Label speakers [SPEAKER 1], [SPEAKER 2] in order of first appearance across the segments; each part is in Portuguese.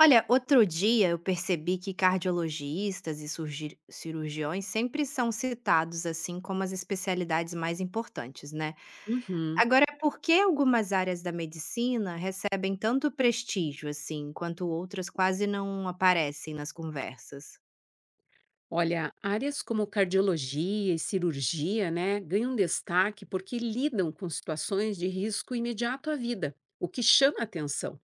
[SPEAKER 1] Olha, outro dia eu percebi que cardiologistas e cirurgiões sempre são citados assim como as especialidades mais importantes, né?
[SPEAKER 2] Uhum.
[SPEAKER 1] Agora, por que algumas áreas da medicina recebem tanto prestígio assim, enquanto outras quase não aparecem nas conversas?
[SPEAKER 2] Olha, áreas como cardiologia e cirurgia, né, ganham destaque porque lidam com situações de risco imediato à vida, o que chama atenção.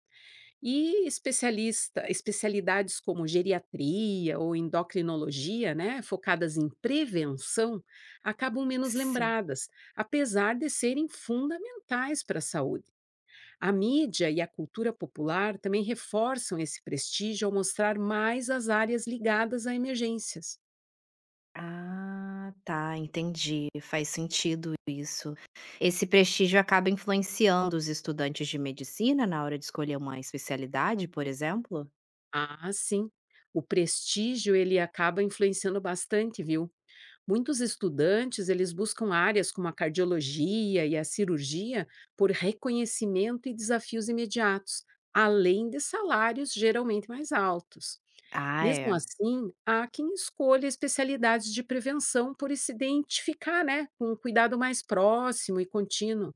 [SPEAKER 2] Especialidades como geriatria ou endocrinologia, né, focadas em prevenção, acabam menos
[SPEAKER 1] Sim.
[SPEAKER 2] lembradas, apesar de serem fundamentais para a saúde. A mídia e a cultura popular também reforçam esse prestígio ao mostrar mais as áreas ligadas a emergências.
[SPEAKER 1] Ah, tá, entendi. Faz sentido isso. Esse prestígio acaba influenciando os estudantes de medicina na hora de escolher uma especialidade, por exemplo?
[SPEAKER 2] Ah, sim. O prestígio ele acaba influenciando bastante, viu? Muitos estudantes, eles buscam áreas como a cardiologia e a cirurgia por reconhecimento e desafios imediatos, além de salários geralmente mais altos.
[SPEAKER 1] Ah,
[SPEAKER 2] Mesmo
[SPEAKER 1] é.
[SPEAKER 2] assim, há quem escolha especialidades de prevenção por se identificar, né, com um cuidado mais próximo e contínuo.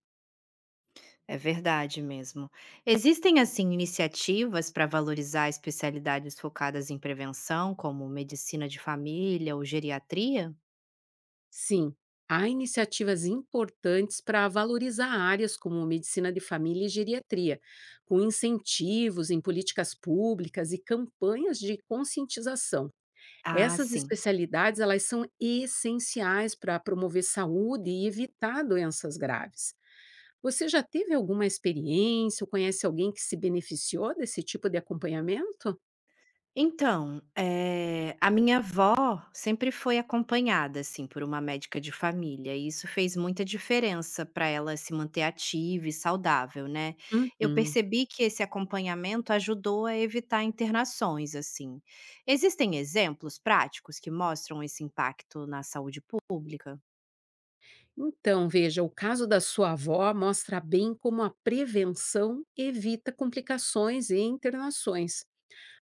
[SPEAKER 1] É verdade mesmo. Existem, assim, iniciativas para valorizar especialidades focadas em prevenção, como medicina de família ou geriatria?
[SPEAKER 2] Sim, há iniciativas importantes para valorizar áreas como medicina de família e geriatria, com incentivos em políticas públicas e campanhas de conscientização.
[SPEAKER 1] Ah,
[SPEAKER 2] Essas
[SPEAKER 1] sim.
[SPEAKER 2] especialidades elas são essenciais para promover saúde e evitar doenças graves. Você já teve alguma experiência ou conhece alguém que se beneficiou desse tipo de acompanhamento?
[SPEAKER 1] Então, a minha avó sempre foi acompanhada, assim, por uma médica de família, e isso fez muita diferença para ela se manter ativa e saudável, né. Eu
[SPEAKER 2] Uhum.
[SPEAKER 1] percebi que esse acompanhamento ajudou a evitar internações, assim. Existem exemplos práticos que mostram esse impacto na saúde pública?
[SPEAKER 2] Então, veja, o caso da sua avó mostra bem como a prevenção evita complicações e internações.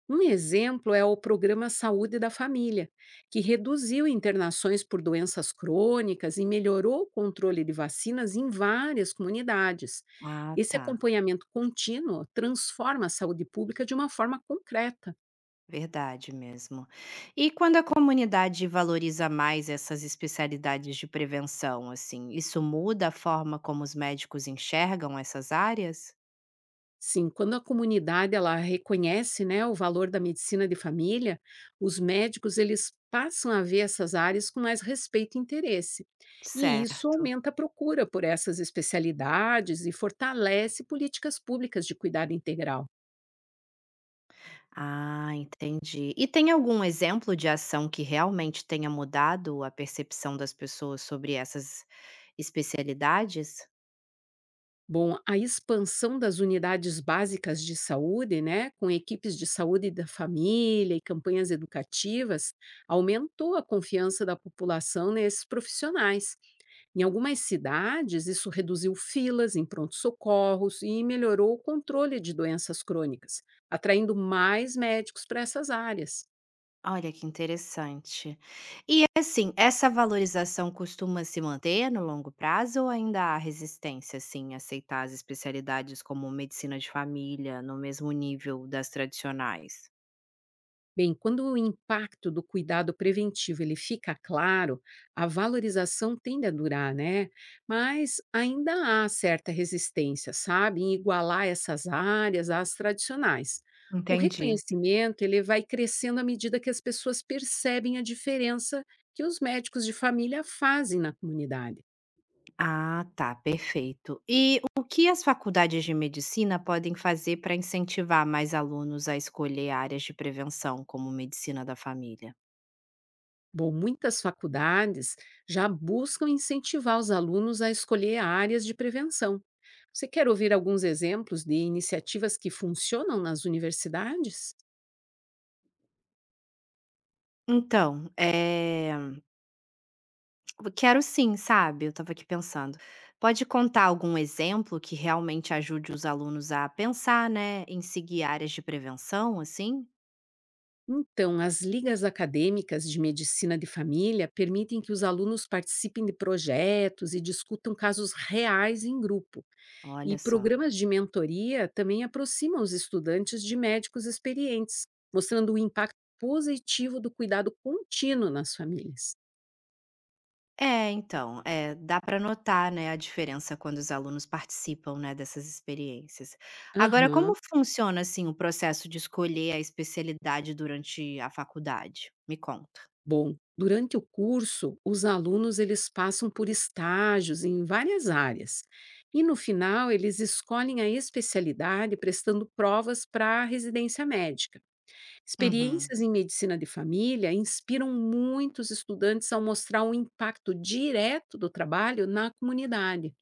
[SPEAKER 2] Um exemplo é o programa Saúde da Família, que reduziu internações por doenças crônicas e melhorou o controle de vacinas em várias comunidades.
[SPEAKER 1] Ah,
[SPEAKER 2] Esse
[SPEAKER 1] tá.
[SPEAKER 2] acompanhamento contínuo transforma a saúde pública de uma forma concreta.
[SPEAKER 1] Verdade mesmo. E quando a comunidade valoriza mais essas especialidades de prevenção, assim, isso muda a forma como os médicos enxergam essas áreas?
[SPEAKER 2] Sim, quando a comunidade ela reconhece, né, o valor da medicina de família, os médicos eles passam a ver essas áreas com mais respeito e interesse. E isso
[SPEAKER 1] Certo.
[SPEAKER 2] aumenta a procura por essas especialidades e fortalece políticas públicas de cuidado integral.
[SPEAKER 1] Ah, entendi. E tem algum exemplo de ação que realmente tenha mudado a percepção das pessoas sobre essas especialidades?
[SPEAKER 2] Bom, a expansão das unidades básicas de saúde, né, com equipes de saúde da família e campanhas educativas, aumentou a confiança da população nesses profissionais. Em algumas cidades, isso reduziu filas em prontos-socorros e melhorou o controle de doenças crônicas, atraindo mais médicos para essas áreas.
[SPEAKER 1] Olha que interessante. E assim, essa valorização costuma se manter no longo prazo ou ainda há resistência, assim, a aceitar as especialidades como medicina de família no mesmo nível das tradicionais?
[SPEAKER 2] Bem, quando o impacto do cuidado preventivo ele fica claro, a valorização tende a durar, né? Mas ainda há certa resistência, sabe, em igualar essas áreas às tradicionais. O
[SPEAKER 1] Entendi.
[SPEAKER 2] reconhecimento ele vai crescendo à medida que as pessoas percebem a diferença que os médicos de família fazem na comunidade.
[SPEAKER 1] Ah, tá, perfeito. E o que as faculdades de medicina podem fazer para incentivar mais alunos a escolher áreas de prevenção, como medicina da família?
[SPEAKER 2] Bom, muitas faculdades já buscam incentivar os alunos a escolher áreas de prevenção. Você quer ouvir alguns exemplos de iniciativas que funcionam nas universidades?
[SPEAKER 1] Então, é. Quero sim, sabe, eu estava aqui pensando. Pode contar algum exemplo que realmente ajude os alunos a pensar, né, em seguir áreas de prevenção, assim?
[SPEAKER 2] Então, as ligas acadêmicas de medicina de família permitem que os alunos participem de projetos e discutam casos reais em grupo. E
[SPEAKER 1] Olha só.
[SPEAKER 2] programas de mentoria também aproximam os estudantes de médicos experientes, mostrando o impacto positivo do cuidado contínuo nas famílias.
[SPEAKER 1] É, então, é, dá para notar, né, a diferença quando os alunos participam, né, dessas experiências. Agora,
[SPEAKER 2] Aham.
[SPEAKER 1] como funciona, assim, o processo de escolher a especialidade durante a faculdade? Me conta.
[SPEAKER 2] Bom, durante o curso, os alunos eles passam por estágios em várias áreas. E no final, eles escolhem a especialidade prestando provas para a residência médica.
[SPEAKER 1] Uhum.
[SPEAKER 2] Experiências em medicina de família inspiram muitos estudantes ao mostrar o impacto direto do trabalho na comunidade.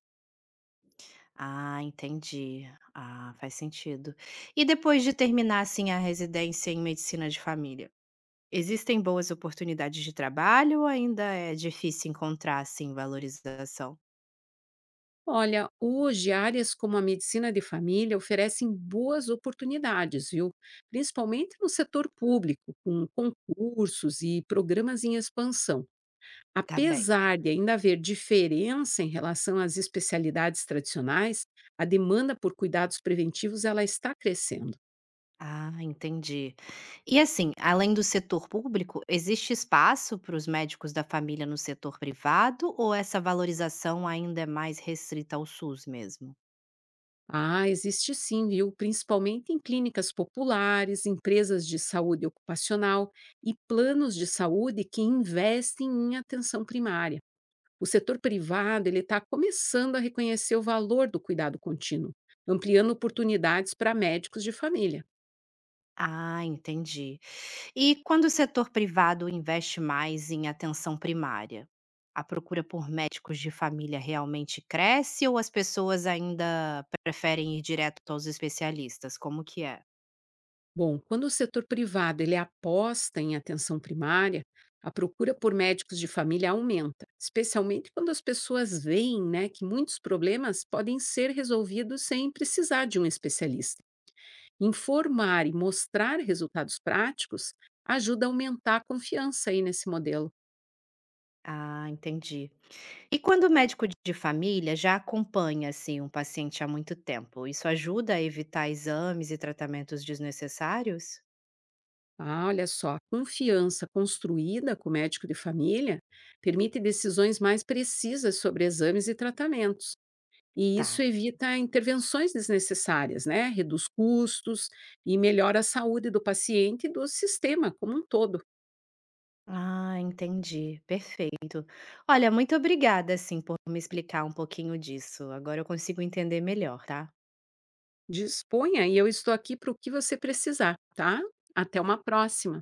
[SPEAKER 1] Ah, entendi. Ah, faz sentido. E depois de terminar, assim, a residência em medicina de família, existem boas oportunidades de trabalho ou ainda é difícil encontrar, assim, valorização?
[SPEAKER 2] Olha, hoje áreas como a medicina de família oferecem boas oportunidades, viu? Principalmente no setor público, com concursos e programas em expansão.
[SPEAKER 1] Tá bem.
[SPEAKER 2] Apesar de ainda haver diferença em relação às especialidades tradicionais, a demanda por cuidados preventivos ela está crescendo.
[SPEAKER 1] Ah, entendi. E assim, além do setor público, existe espaço para os médicos da família no setor privado ou essa valorização ainda é mais restrita ao SUS mesmo?
[SPEAKER 2] Ah, existe sim, viu? Principalmente em clínicas populares, empresas de saúde ocupacional e planos de saúde que investem em atenção primária. O setor privado ele está começando a reconhecer o valor do cuidado contínuo, ampliando oportunidades para médicos de família.
[SPEAKER 1] Ah, entendi. E quando o setor privado investe mais em atenção primária, a procura por médicos de família realmente cresce ou as pessoas ainda preferem ir direto aos especialistas? Como que é?
[SPEAKER 2] Bom, quando o setor privado ele aposta em atenção primária, a procura por médicos de família aumenta, especialmente quando as pessoas veem, né, que muitos problemas podem ser resolvidos sem precisar de um especialista. Informar e mostrar resultados práticos ajuda a aumentar a confiança aí nesse modelo.
[SPEAKER 1] Ah, entendi. E quando o médico de família já acompanha assim um paciente há muito tempo, isso ajuda a evitar exames e tratamentos desnecessários?
[SPEAKER 2] Ah, olha só, confiança construída com o médico de família permite decisões mais precisas sobre exames e tratamentos. E isso
[SPEAKER 1] Tá.
[SPEAKER 2] evita intervenções desnecessárias, né? Reduz custos e melhora a saúde do paciente e do sistema como um todo.
[SPEAKER 1] Ah, entendi. Perfeito. Olha, muito obrigada, assim, por me explicar um pouquinho disso. Agora eu consigo entender melhor, tá?
[SPEAKER 2] Disponha, e eu estou aqui para o que você precisar, tá? Até uma próxima.